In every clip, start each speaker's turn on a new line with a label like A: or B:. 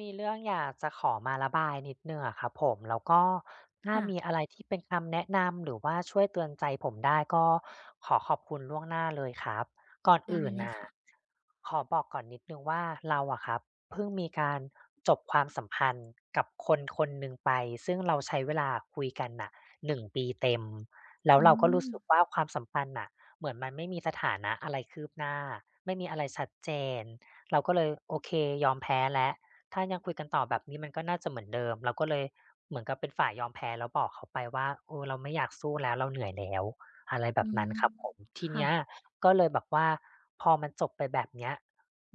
A: มีเรื่องอยากจะขอมาระบายนิดหนึ่งอะครับผมแล้วก็ถ้ามี
B: ค่ะ
A: อะไรที่เป็นคำแนะนำหรือว่าช่วยเตือนใจผมได้ก็ขอขอบคุณล่วงหน้าเลยครับก่อน
B: ได้
A: อื่น
B: เลย
A: น่ะ
B: ค่ะ
A: ขอบอกก่อนนิดนึงว่าเราอะครับเพิ่งมีการจบความสัมพันธ์กับคนคนหนึ่งไปซึ่งเราใช้เวลาคุยกันน่ะ1 ปีเต็มแล้ว
B: อื
A: เราก็
B: ม
A: รู้สึกว่าความสัมพันธ์น่ะเหมือนมันไม่มีสถานะอะไรคืบหน้าไม่มีอะไรชัดเจนเราก็เลยโอเคยอมแพ้แล้วถ้ายังคุยกันต่อแบบนี้มันก็น่าจะเหมือนเดิมเราก็เลยเหมือนกับเป็นฝ่ายยอมแพ้แล้วบอกเขาไปว่าโอ้เราไม่อยากสู้แล้วเราเหนื่อยแล้วอะไรแบ
B: อื
A: บนั้น
B: ม
A: ครับผมที
B: ค่ะ
A: เนี้ย ก็เลยแบบว่าพอมันจบไปแบบเนี้ย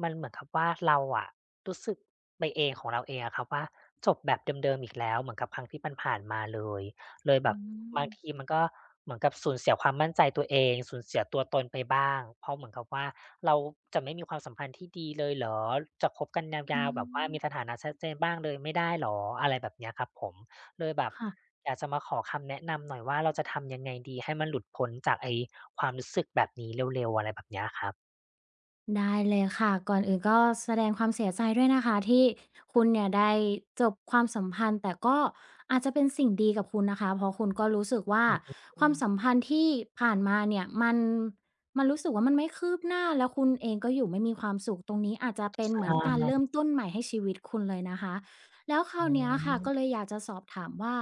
A: มันเหมือนกับว่าเราอะรู้สึกไปเองของเราเองอะครับว่าจบแบบเดิมๆอีกแล้วเหมือนกับครั้งที่ผ่านๆมาเลยเลยแบ
B: อื
A: บ
B: ม
A: บางทีมันก็เหมือนกับสูญเสียความมั่นใจตัวเองสูญเสียตัวตนไปบ้างเพราะเหมือนกับว่าเราจะไม่มีความสัมพันธ์ที่ดีเลยเหรอจะคบกันยา
B: อื
A: วๆแบบว่า
B: ม
A: มีสถานะชัดเจนบ้างเลยไม่ได้เหรออะไรแบบเนี้ยครับผมเลยแบบ
B: ค่ะ
A: อยากจะมาขอคำแนะนำหน่อยว่าเราจะทำยังไงดีให้มันหลุดพ้นจากไอ้ความรู้สึกแบบนี้เร็วๆอะไรแบบเนี้ยครับ
B: ได้เลยค่ะก่อนอื่นก็แสดงความเสียใจด้วยนะคะที่คุณเนี่ยได้จบความสัมพันธ์แต่ก็อาจจะเป็นสิ่งดีกับคุณนะคะเพราะคุณก็รู้สึกว่า
A: อือฮึ
B: ค
A: อื
B: วาม
A: ม
B: สัมพันธ์ที่ผ่านมาเนี่ยมันรู้สึกว่ามันไม่คืบหน้าแล้วคุณเองก็อยู่ไม่มีความสุขตรงนี้อาจจะเป็นเหมือนการ
A: า
B: เริ่มต้นใหม่ให้ชีวิตคุณเลยนะคะแล้วคราว
A: อื
B: เนี้ย
A: ม
B: ค่ะก็เลยอยากจะสอบถามว่า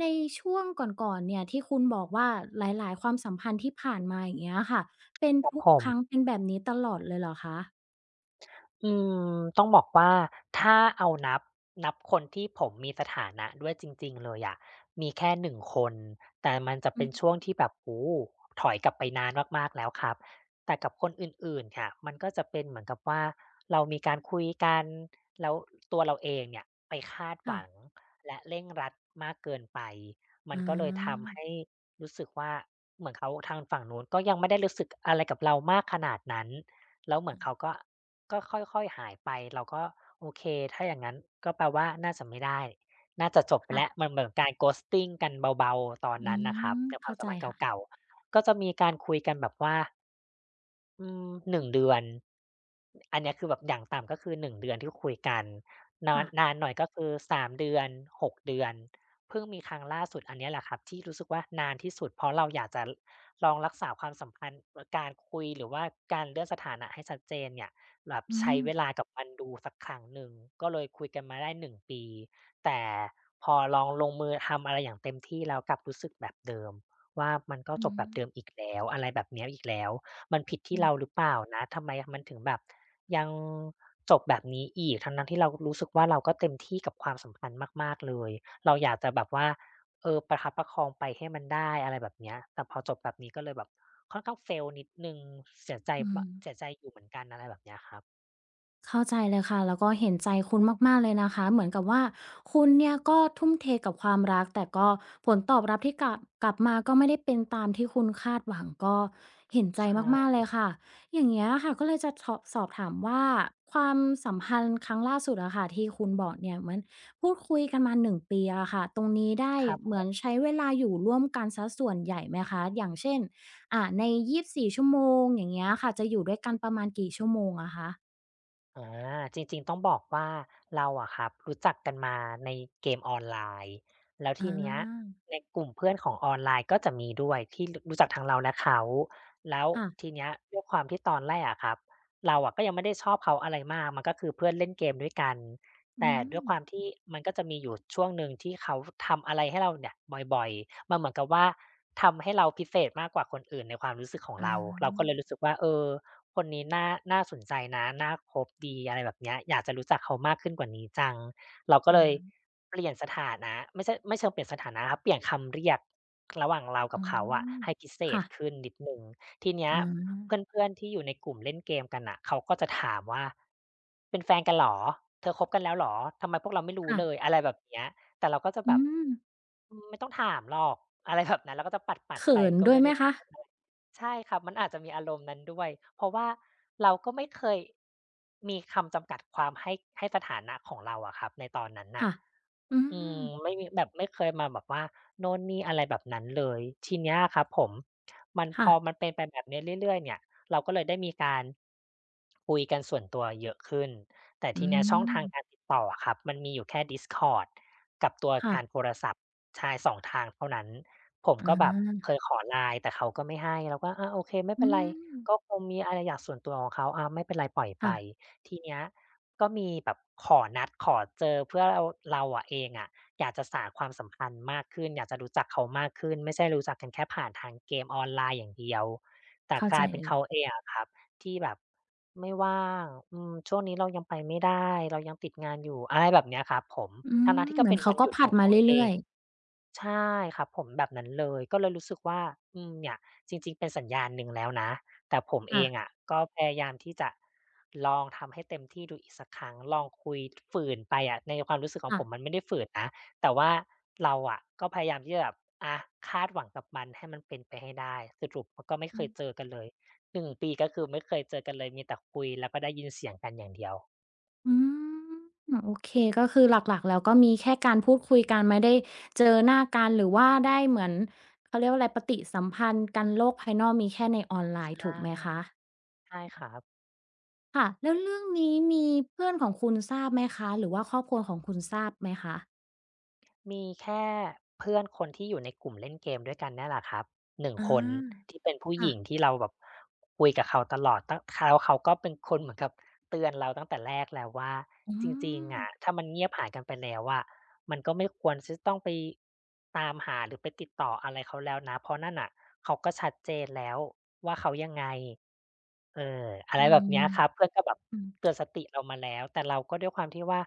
B: ในช่วงก่อนๆเนี่ยที่คุณบอกว่าหลายๆความสัมพันธ์ที่ผ่านมาอย่างเงี้ยค่ะ เป็น
A: ครับ
B: ทุก
A: ผ
B: ค
A: ม
B: รั้งเป็นแบบนี้ตลอดเลยเหรอคะ
A: อืมต้องบอกว่าถ้าเอานับคนที่ผมมีสถานะด้วยจริงๆเลยอะมีแค่1 คนแต่มันจะ
B: อื
A: เป็
B: ม
A: นช่วงที่แบบโอ้โฮถอยกลับไปนานมากๆแล้วครับแต่กับคนอื่นๆค่ะมันก็จะเป็นเหมือนกับว่าเรามีการคุยกันแล้วตัวเราเองเนี่ยไปคาดห
B: ค่ะ
A: วังและเร่งรัดมากเกินไปมั
B: อ
A: นก็เลย
B: า
A: ทำให้รู้สึกว่าเหมือนเขาทางฝั่งนู้นก็ยังไม่ได้รู้สึกอะไรกับเรามากขนาดนั้นแล้วเหมือนเขาก็ ก็ค่อยๆหายไปเราก็โอเคถ้าอย่างงั้นก็แปลว่าน่าจะไม่ได้น่าจะจบไป
B: ค่ะ
A: แล้วมันเหมือนการ ghosting กันเบาๆตอน
B: อื
A: นั้นน่ะครับ
B: ม
A: ในควา
B: เข้า
A: มสั
B: ใจ
A: มพันธ์
B: ค่ะ
A: เก่าๆก็จะมีการคุยกันแบบว่าอืม1เดือน อันเนี้ยคือแบบอย่างต่ำก็คือ1เดือนที่คุยกันนา
B: ค่ะ
A: นนานหน่อยก็คือ3เดือน6เดือนเพิ่งมีครั้งล่าสุดอันเนี้ยแหละครับที่รู้สึกว่านานที่สุดเพราะเราอยากจะลองรักษาความสัมพันธ์การคุยหรือว่าการเลื่อนสถานะให้ชัดเจนเนี่ยแบบ
B: อื
A: ใช้
B: ม
A: เวลากับมันดูสักครั้งหนึ่งก็เลยคุยกันมาได้1ปีแต่พอลองลงมือทำอะไรอย่างเต็มที่แล้วกลับรู้สึกแบบเดิมว่ามันก็จ
B: อื
A: บ
B: ม
A: แบบเดิมอีกแล้วอะไรแบบเนี้ยอีกแล้วมันผิด
B: อื
A: ที่
B: ม
A: เราหรือเปล่านะทำไมมันถึงแบบ ยังจบแบบนี้อีกทั้งๆที่เรารู้สึกว่าเราก็เต็มที่กับความสัมพันธ์มากๆเลยเราอยากจะแบบว่าเออประคับประคองไปให้มันได้อะไรแบบเนี้ยแต่พอจบแบบนี้ก็เลยแบบค่อนข้าง fail นิดหนึ่ง
B: อืม
A: เสียใจอยู่เหมือนกันอะไรแบบเนี้ยครับ
B: เข้าใจเลยค่ะแล้วก็เห็นใจคุณมากๆเลยนะคะเหมือนกับว่าคุณเนี่ยก็ทุ่มเทกับความรักแต่ก็ผลตอบรับที่กลับมาก็ไม่ได้เป็นตามที่คุณคาดหวังก็เห็นใจ
A: ใ
B: มากๆ
A: ช่
B: เลยค่ะอย่างเงี้ยค่ะก็เลยจะถอบสอบถามว่าความสัมพันธ์ครั้งล่าสุดอะค่ะที่คุณบอกเนี่ยเหมือนพูดคุยกันมาหนึ่งปีอะค่ะตรงนี้ได้
A: ครับ
B: เหมือนใช้เวลาอยู่ร่วมกันซสส่วนใหญ่ไหมคะอย่างเช่นใน24 ชั่วโมงอย่างเงี้ยค่ะจะอยู่ด้วยกันประมาณกี่ชั่วโมงอะคะ
A: อาจริงๆต้องบอกว่าเราอะครับรู้จักกันมาในเกมออนไลน์แล้ว
B: อ
A: ทีเนี้ย
B: า
A: ในกลุ่มเพื่อนของออนไลน์ก็จะมีด้วยที่รรู้จักทั้งเราและเขาแล้ว
B: ค่ะ
A: ทีเนี้ยด้วยความที่ตอนแรกอะครับเราอะก็ยังไม่ได้ชอบเขาอะไรมากมันก็คือเพื่อนเล่นเกมด้วยกัน
B: อื
A: แต่
B: ม
A: ด้วยความที่มันก็จะมีอยู่ช่วงหนึ่งที่เขาทำอะไรให้เราเนี่ยบ่อยๆมันเหมือนกับว่าทำให้เราพิเศษมากกว่าคนอื่นในความรู้สึกของ
B: อา
A: เราเราก็เลยรู้สึกว่าเออ คนนี้น่าสนใจนะน่าคบดีอะไรแบบเนี้ยอยากจะรู้จักเขามากขึ้นกว่านี้จังเราก็เลย
B: อา
A: เปลี่ยนสถานะไม่ใช่ไม่เชิงเปลี่ยนสถานะครับเปลี่ยนคำเรียกระหว่างเรา
B: อ๋
A: กับเขาอะ
B: อ
A: ให้พิเศษ
B: ค่ะ
A: ขึ้นนิดหนึ่งทีเนี้ย
B: อา
A: เพื่อนๆที่อยู่ในกลุ่มเล่นเกมกันน่ะเขาก็จะถามว่าเป็นแฟนกันเหรอเธอคบกันแล้วเหรอทำไมพวกเราไม่รู้
B: ค่ะ
A: เลยอะไรแบบเนี้ยแต่เราก็จะแบ
B: อื
A: บ
B: ม
A: อืมไม่ต้องถามหรอกอะไรแบบนั้นเราก็จะปัดๆไป
B: เขิน
A: ก็
B: ด้วย
A: ไม่
B: ไหม
A: ได้พู
B: คะ
A: ดอะไร ใช่ครับมันอาจจะมีอารมณ์นั้นด้วย เพราะว่าเราก็ไม่เคยมีคำจำกัดความให้สถานะของเราอะครับในตอนนั้นน่ะ
B: ค่ะอื
A: อืม
B: ม
A: ไม่มีแบบไม่เคยมาแบบว่าโน่นนี่อะไรแบบนั้นเลยทีเนี้ยครับผมมันพอมัน
B: ค่ะ
A: เป็นไปแบบนี้เรื่อยๆเนี่ยเราก็เลยได้มีการคุยกันส่วนตัวเยอะขึ้นแต่
B: อื
A: ทีเนี้ยช่องทางการ
B: ม
A: ติดต่ออะครับมันมีอยู่แค่ Discord กับตัวการ
B: ค่ะ
A: โทรศัพท์ใช่สองทางเท่านั้นผม
B: อา
A: ก็แบบเคยขอ LINE แต่เขาก็ไม่ให้เราก็อาโอเคไม่
B: อื
A: เป็นไร
B: ม
A: ก็คงมีอะไรอยากส่วนตัวของเขาอาไม่เป็นไรปล่อยไป
B: ค่ะ
A: ทีเนี้ย ก็มีแบบขอนัดขอเจอเพื่อเราเราอะเองอะอยากจะสานความสัมพันธ์มากขึ้นอยากจะรู้จักเขามากขึ้นไม่ใช่รู้จักกันแค่ผ่านทางเกมออนไลน์อย่างเดียวแต่
B: เข้า
A: ก
B: ใจ
A: ลายเป็น
B: เลย
A: เขาเองอะครับที่แบบไม่ว่างอืมช่วงนี้เรายังไปไม่ได้เรายังติดงานอยู่อะไรแบบเนี้ยครับผม
B: อื
A: ทั้ง
B: ม
A: ๆที่
B: เห
A: ก็
B: มือน
A: เป็น
B: เขา
A: วัน
B: ก็
A: หยุด
B: ผลั
A: ข
B: ด
A: อง
B: มา
A: เขาเอ
B: เรื่อ
A: ง
B: ยๆ
A: ใช่ครับผมแบบนั้นเลยก็เลยรู้สึกว่าอืมเนี่ยจริงๆเป็นสัญญาณหนึ่งแล้วนะแต่ผมเอง
B: ค่ะ
A: อะก็พยายามที่จะลองทำให้เต็มที่ดูอีกสักครั้งลองคุยฝืนไปอะในความรู้สึกของ
B: ค่ะ
A: ผมมันไม่ได้ฝืนนะแต่ว่าเราอะก็พยายามที่จะแบบอาคาดหวังกับมันให้มันเป็นไปให้ได้สรุปมันก็ไม่เคยเจอกันเลย1ปีก็คือไม่เคยเจอกันเลยมีแต่คุยแล้วก็ได้ยินเสียงกันอย่างเดียว
B: อืมโอเคก็คือหลักๆแล้วก็มีแค่การพูดคุยกันไม่ได้เจอหน้ากันหรือว่าได้เหมือนเขาเรียกว่าอะไรปฏิสัมพันธ์กันโลกภายนอกมีแค่ในออนไล
A: ใช
B: น์ถูกไหม
A: ่
B: คะ
A: ใช่ครับ
B: ค่ะแล้วเรื่องนี้มีเพื่อนของคุณทราบไหมคะหรือว่าครอบครัวของคุณทราบไหมคะ
A: มีแค่เพื่อนคนที่อยู่ในกลุ่มเล่นเกมด้วยกันเนี่ยแหละครับหนึ่ง
B: อา
A: คนที่เป็นผู้ห
B: ค่ะ
A: ญิงที่เราแบบคุยกับเขาตลอดตั้งแล้วเขาก็เป็นคนเหมือนกับเตือนเราตั้งแต่แรกแล้วว่า
B: อื
A: จริง
B: ม
A: ๆอะถ้ามันเงียบหายกันไปแล้วอะมันก็ไม่ควรที่จะต้องไปตามหาหรือไปติดต่ออะไรเขาแล้วนะเพราะนั่นน่ะเขาก็ชัดเจนแล้วว่าเขายังไงเอออะ
B: อื
A: ไรแบบเนี้
B: ม
A: ยครับเพื่อนก็แบบ
B: อืม
A: เตือนสติเรามาแล้วแต่เราก็ด้วยความที่ว่า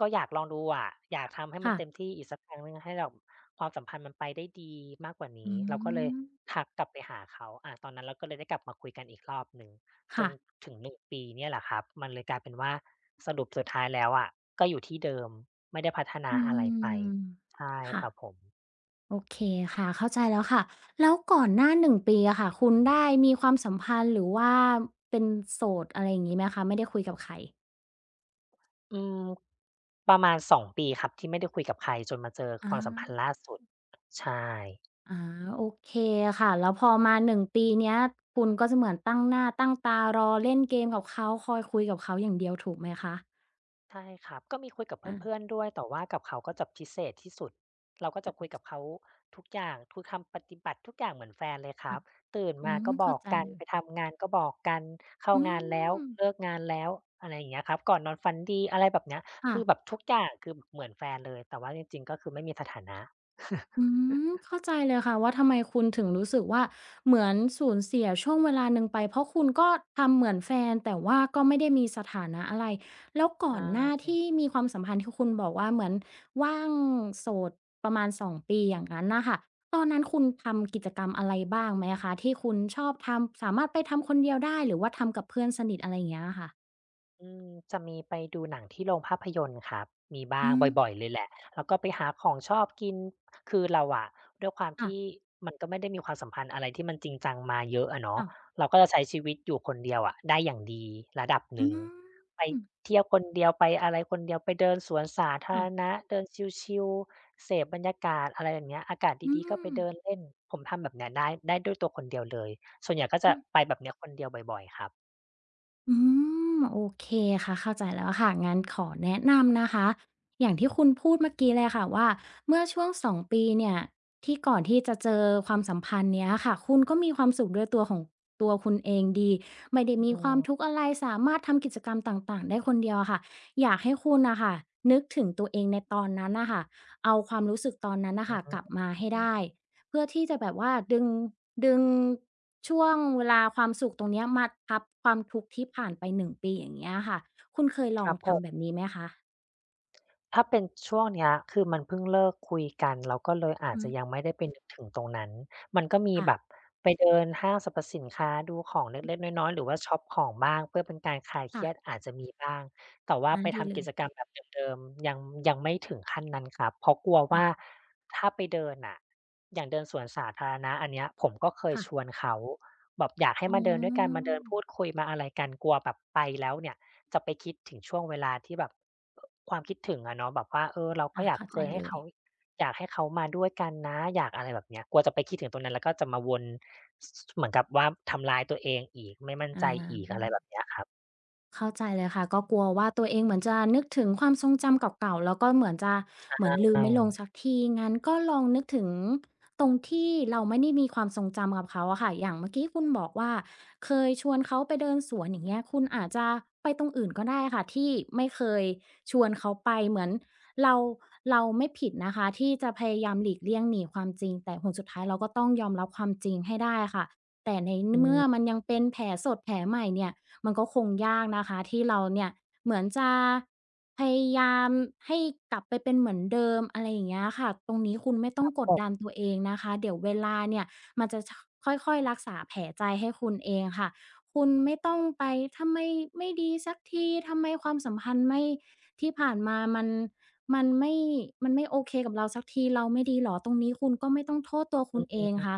A: ก็อยากลองดูอะอยากทำให้มัน
B: ค่ะ
A: เต็มที่อีกสักครั้งหนึ่งให้แบบความสัมพันธ์มันไปได้ดีมากกว่า
B: อื
A: นี้เราก็เลย
B: ม
A: ทักกลับไปหาเขาอาตอนนั้นเราก็เลยได้กลับมาคุยกันอีกรอบหนึ่งจน
B: ค่ะ
A: ถึงหนึ่งปีเนี่ยแหละครับมันเลยกลายเป็นว่าสรุปสุดท้ายแล้วอะก็อยู่ที่เดิมไม่ได้พัฒนา
B: อื
A: อะไรไป
B: ม
A: ใช่
B: ค่ะ
A: ครับผม
B: โอเคค่ะเข้าใจแล้วค่ะแล้วก่อนหน้า1ปีอะค่ะคุณได้มีความสัมพันธ์หรือว่าเป็นโสดอะไรอย่างงี้ไหมคะไม่ได้คุยกับใคร
A: อืมประมาณสองปีครับที่ไม่ได้คุยกับใครจนมาเจอค
B: อา
A: วามสัมพันธ์ล่าสุดใช่
B: อาโอเคค่ะแล้วพอมาหนึ่งปีเนี้ยคุณก็จะเหมือนตั้งหน้าตั้งตารอเล่นเกมกับเขาคอยคุยกับเขาอย่างเดียวถูกไหมคะ
A: ใช่ครับ ก็มีคุยกับเ
B: อา
A: พื่อนๆด้วยแต่ว่ากับเขาก็จะพิเศษที่สุด เราก็จะคุยกับเขาทุกอย่างคือคำปฏิบัติทุกอย่างเหมือนแฟนเลยค
B: ค่ะ
A: รับ ตื่น
B: อื
A: มา
B: ม
A: ก็บ
B: เข้า
A: อก
B: ใจ
A: กัน
B: เลย
A: ไปทำงานก็บอกกัน เข้า
B: อื
A: งานแล้ว
B: ม
A: เลิกงานแล้วอะไรอย่างเงี้ยครับก่อนนอนฝันดีอะไรแบบเนี้ย
B: ค่ะ
A: คือแบบทุกอย่างคือเหมือนแฟนเลยแต่ว่าจริงๆก็คือไม่มีสถานะ
B: อื มเข้าใจเลยค่ะว่าทำไมคุณถึงรู้สึกว่าเหมือนสูญเสียช่วงเวลาหนึ่งไปเพราะคุณก็ทำเหมือนแฟนแต่ว่าก็ไม่ได้มีสถานะอะไรแล้ว
A: ใช
B: ก่อนหน้า
A: ่
B: ที่มีความสัมพันธ์ที่คุณบอกว่าเหมือนว่างโสดประมาณ2ปีอย่างนั้นน่ะค่ะตอนนั้นคุณทำกิจกรรมอะไรบ้างไหมคะที่คุณชอบทำสามารถไปทำคนเดียวได้หรือว่าทำกับเพื่อนสนิทอะไรอย่างเงี้ยอะค่ะ
A: อืมจะมีไปดูหนังที่โรงภาพยนตร์ครับมีบ้า
B: อื
A: ง
B: ม
A: บ่อยๆเลยแหละแล้วก็ไปหาของชอบกินคือเราอะด้วยความ
B: ค่ะ
A: ที่มันก็ไม่ได้มีความสัมพันธ์อะไรที่มันจริงจังมาเยอะอะเนาะ
B: อ่า
A: เราก็จะใช้ชีวิตอยู่คนเดียวอะได้อย่างดีระดับห
B: อื
A: นึ่งไป
B: ม
A: เที่ยวคนเดียวไปอะไรคนเดียวไปเดินสวนสาธาร
B: ค่ะ
A: ณะเดินชิลๆเสพบรรยากาศอะไรแบบเนี้ยอากาศ
B: อื
A: ดีๆก็ไปเดิน
B: ม่
A: เล่นผมทำแบบเนี้ยได้ได้ด้วยตัวคนเดียวเลยส่วนใหญ่ก็
B: อื
A: จะ
B: ม
A: ไปแบบเนี้ยคนเดียวบ่อยๆครับ
B: อืมโอเคค่ะเข้าใจแล้วค่ะงั้นขอแนะนำนะคะอย่างที่คุณพูดเมื่อกี้เลยค่ะว่าเมื่อช่วง2 ปีเนี่ยที่ก่อนที่จะเจอความสัมพันธ์เนี้ยค่ะคุณก็มีความสุขด้วยตัวของตัวคุณเองดีไม่ได้มี
A: อื
B: ความทุกข์
A: ม
B: อะไรสามารถทำกิจกรรมต่างๆได้คนเดียวอะค่ะอยากให้คุณน่ะค่ะนึกถึงตัวเองในตอนนั้นน่ะค่ะเอาความรู้สึกตอนนั้นน่ะ
A: อือ
B: ค่ะ
A: ฮึ
B: กลับมาให้
A: อื
B: ได้
A: ม
B: เพื่อที่จะแบบว่าดึงช่วงเวลาความสุขตรงเนี้ยมาทับความทุกข์ที่ผ่านไป1ปีอย่างเงี้ยค่ะคุณเคยล
A: ค
B: อง
A: รับผ
B: ทำแบ
A: ม
B: บนี้ไหมคะ
A: ถ้าเป็นช่วงเนี้ยคือมันเพิ่งเลิกคุยกันเราก็เลยอาจ
B: อื
A: จะ
B: ม
A: ยังไม่ได้ไปนึกถึงตรงนั้น มันก็มีแบบ
B: ค่ะ
A: ไปเดินห้างสรรพสินค้าดูของเล็กๆน้อยๆหรือว่าช็อปของบ้างเพื่อเป็นการคลายเค
B: ค่ะ
A: รียดอาจจะมีบ้างแต่ว่า
B: อา
A: ไป
B: ดีเล
A: ทำกิ
B: ย
A: จกรรมแบบเดิมๆยังไม่ถึงขั้นนั้นครับเพราะกลัวว่า
B: อา
A: ถ้าไปเดินน่ะอย่างเดินสวนสาธารณะอันเนี้ยผมก็เคย
B: ค่ะ
A: ชวนเขา แบบอยากให้
B: อ๋
A: มาเดินด้วยกัน
B: อ
A: มาเดินพูดคุยมาอะไรกันกลัวแบบไปแล้วเนี่ยจะไปคิดถึงช่วงเวลาที่แบบความคิดถึงอะเนาะแบบว่าเออเราก็
B: อา
A: อยาก
B: เข้าใจ
A: เคย
B: เล
A: ให้
B: ย
A: เขาอยากให้เขามาด้วยกันนะอยากอะไรแบบเนี้ยกลัวจะไปคิดถึงตรงนั้นแล้วก็จะมาวนสเหมือนกับว่าทำร้ายตัวเองอีกไม่มั่น
B: อ
A: ใจอีกอะไรแบ
B: า
A: บเนี้ยครับ
B: เข้าใจเลยค่ะก็กลัวว่าตัวเองเหมือนจะนึกถึงความทรงจำเก่าๆแล้วก็เหมือนจะเหมือนลืม
A: ใช่
B: ไม่ลงสักทีงั้นก็ลองนึกถึงตรงที่เราไม่ได้มีความทรงจำกับเขาอะค่ะอย่างเมื่อกี้คุณบอกว่าเคยชวนเขาไปเดินสวนอย่างเงี้ยคุณอาจจะไปตรงอื่นก็ได้ค่ะที่ไม่เคยชวนเขาไปเหมือนเราเราไม่ผิดนะคะที่จะพยายามหลีกเลี่ยงหนีความจริงแต่ผลสุดท้ายเราก็ต้องยอมรับความจริงให้ได้ค่ะแต่ใน
A: อื
B: เมื่อ
A: ม
B: มันยังเป็นแผลสดแผลใหม่เนี่ย มันก็คงยากนะคะที่เราเนี่ยเหมือนจะพยายามให้กลับไปเป็นเหมือนเดิมอะไรอย่างเงี้ยค่ะตรงนี้คุณไม่ต้องก
A: ผ
B: ดดัน
A: ม
B: ตัวเองนะคะเดี๋ยวเวลาเนี่ยมันจะชค่อยๆรักษาแผลใจให้คุณเองค่ะคุณไม่ต้องไปทำไมไม่ดีสักทีทำไมความสัมพันธ์ไม่ที่ผ่านมามันไม่มันไม่โอเคกับเราสักทีเราไม่ดีเหรอตรงนี้คุณก็ไม่ต้องโทษตัวคุณเอ
A: อื
B: งค่ะ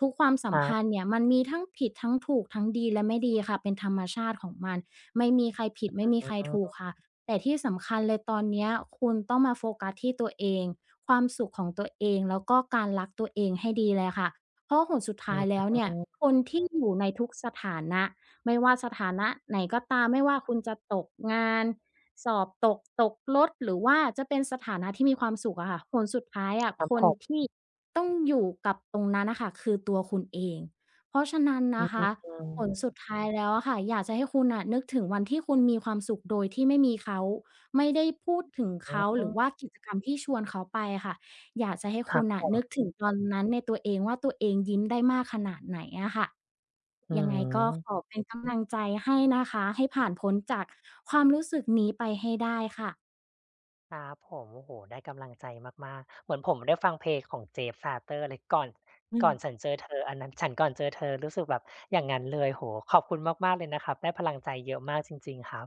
B: ทุกค
A: ค
B: วาม
A: ณ
B: สั
A: ค
B: ม
A: รั
B: พันธ์
A: บ
B: เนี่ยมันมีทั้งผิดทั้งถูกทั้งดีและไม่ดีค่ะเป็นธรรมชาติของมันไม่มีใครผิดไม่มี
A: อ
B: ใคร
A: ื
B: ถูก
A: ม
B: ค่ะแต่ที่สำคัญเลยตอนเนี้ยคุณต้องมาโฟกัสที่ตัวเองความสุขของตัวเองแล้วก็การรักตัวเองให้ดีเลยค่ะเพราะผลสุดท้ายแล้วเนี่ยคนที่อยู่ในทุกสถานะไม่ว่าสถานะไหนก็ตามไม่ว่าคุณจะตกงาน สอบตกตกรถหรือว่าจะเป็นสถานะที่มีความสุขอะค่ะผลสุดท้ายอะ
A: ครั
B: ค
A: บผ
B: น
A: ม
B: ที่ต้องอยู่กับตรงนั้นน่ะค่ะคือตัวคุณเองเพราะฉะนั้น
A: อื
B: นะ
A: ม
B: คะ
A: อ
B: ผลสุดท้ายแล้วอะค่ะอยากจะให้คุณน่ะนึกถึงวันที่คุณมีความสุขโดยที่ไม่มีเขาไม่ได้พูดถึง
A: ือ
B: เขาห
A: ฮึ
B: รือว่ากิจกรรมที่ชวนเขาไปอะค่ะอยากจะให้
A: ครั
B: คุ
A: บ
B: ณ
A: ผ
B: น่ะนึก
A: ม
B: ถึงตอนนั้นในตัวเองว่าตัวเองยิ้มได้มากขนาดไหนอะค่ะ
A: อื
B: ยังไงก็ขอ
A: ม
B: เป็นกำลังใจให้นะคะให้ผ่านพ้นจากความรู้สึกนี้ไปให้ได้ค่ะ
A: ครับผมโอ้โฮได้กำลังใจมากๆเหมือนผมได้ฟังเพลงของ Jeff Sarter เลย
B: อืม
A: ก่อนฉันเจอเธออันนั้นฉันก่อนเจอเธอรู้สึกแบบอย่างงั้นเลยโอ้โฮขอบคุณมากๆเลยนะครับได้พลังใจเยอะมากจริงๆครับ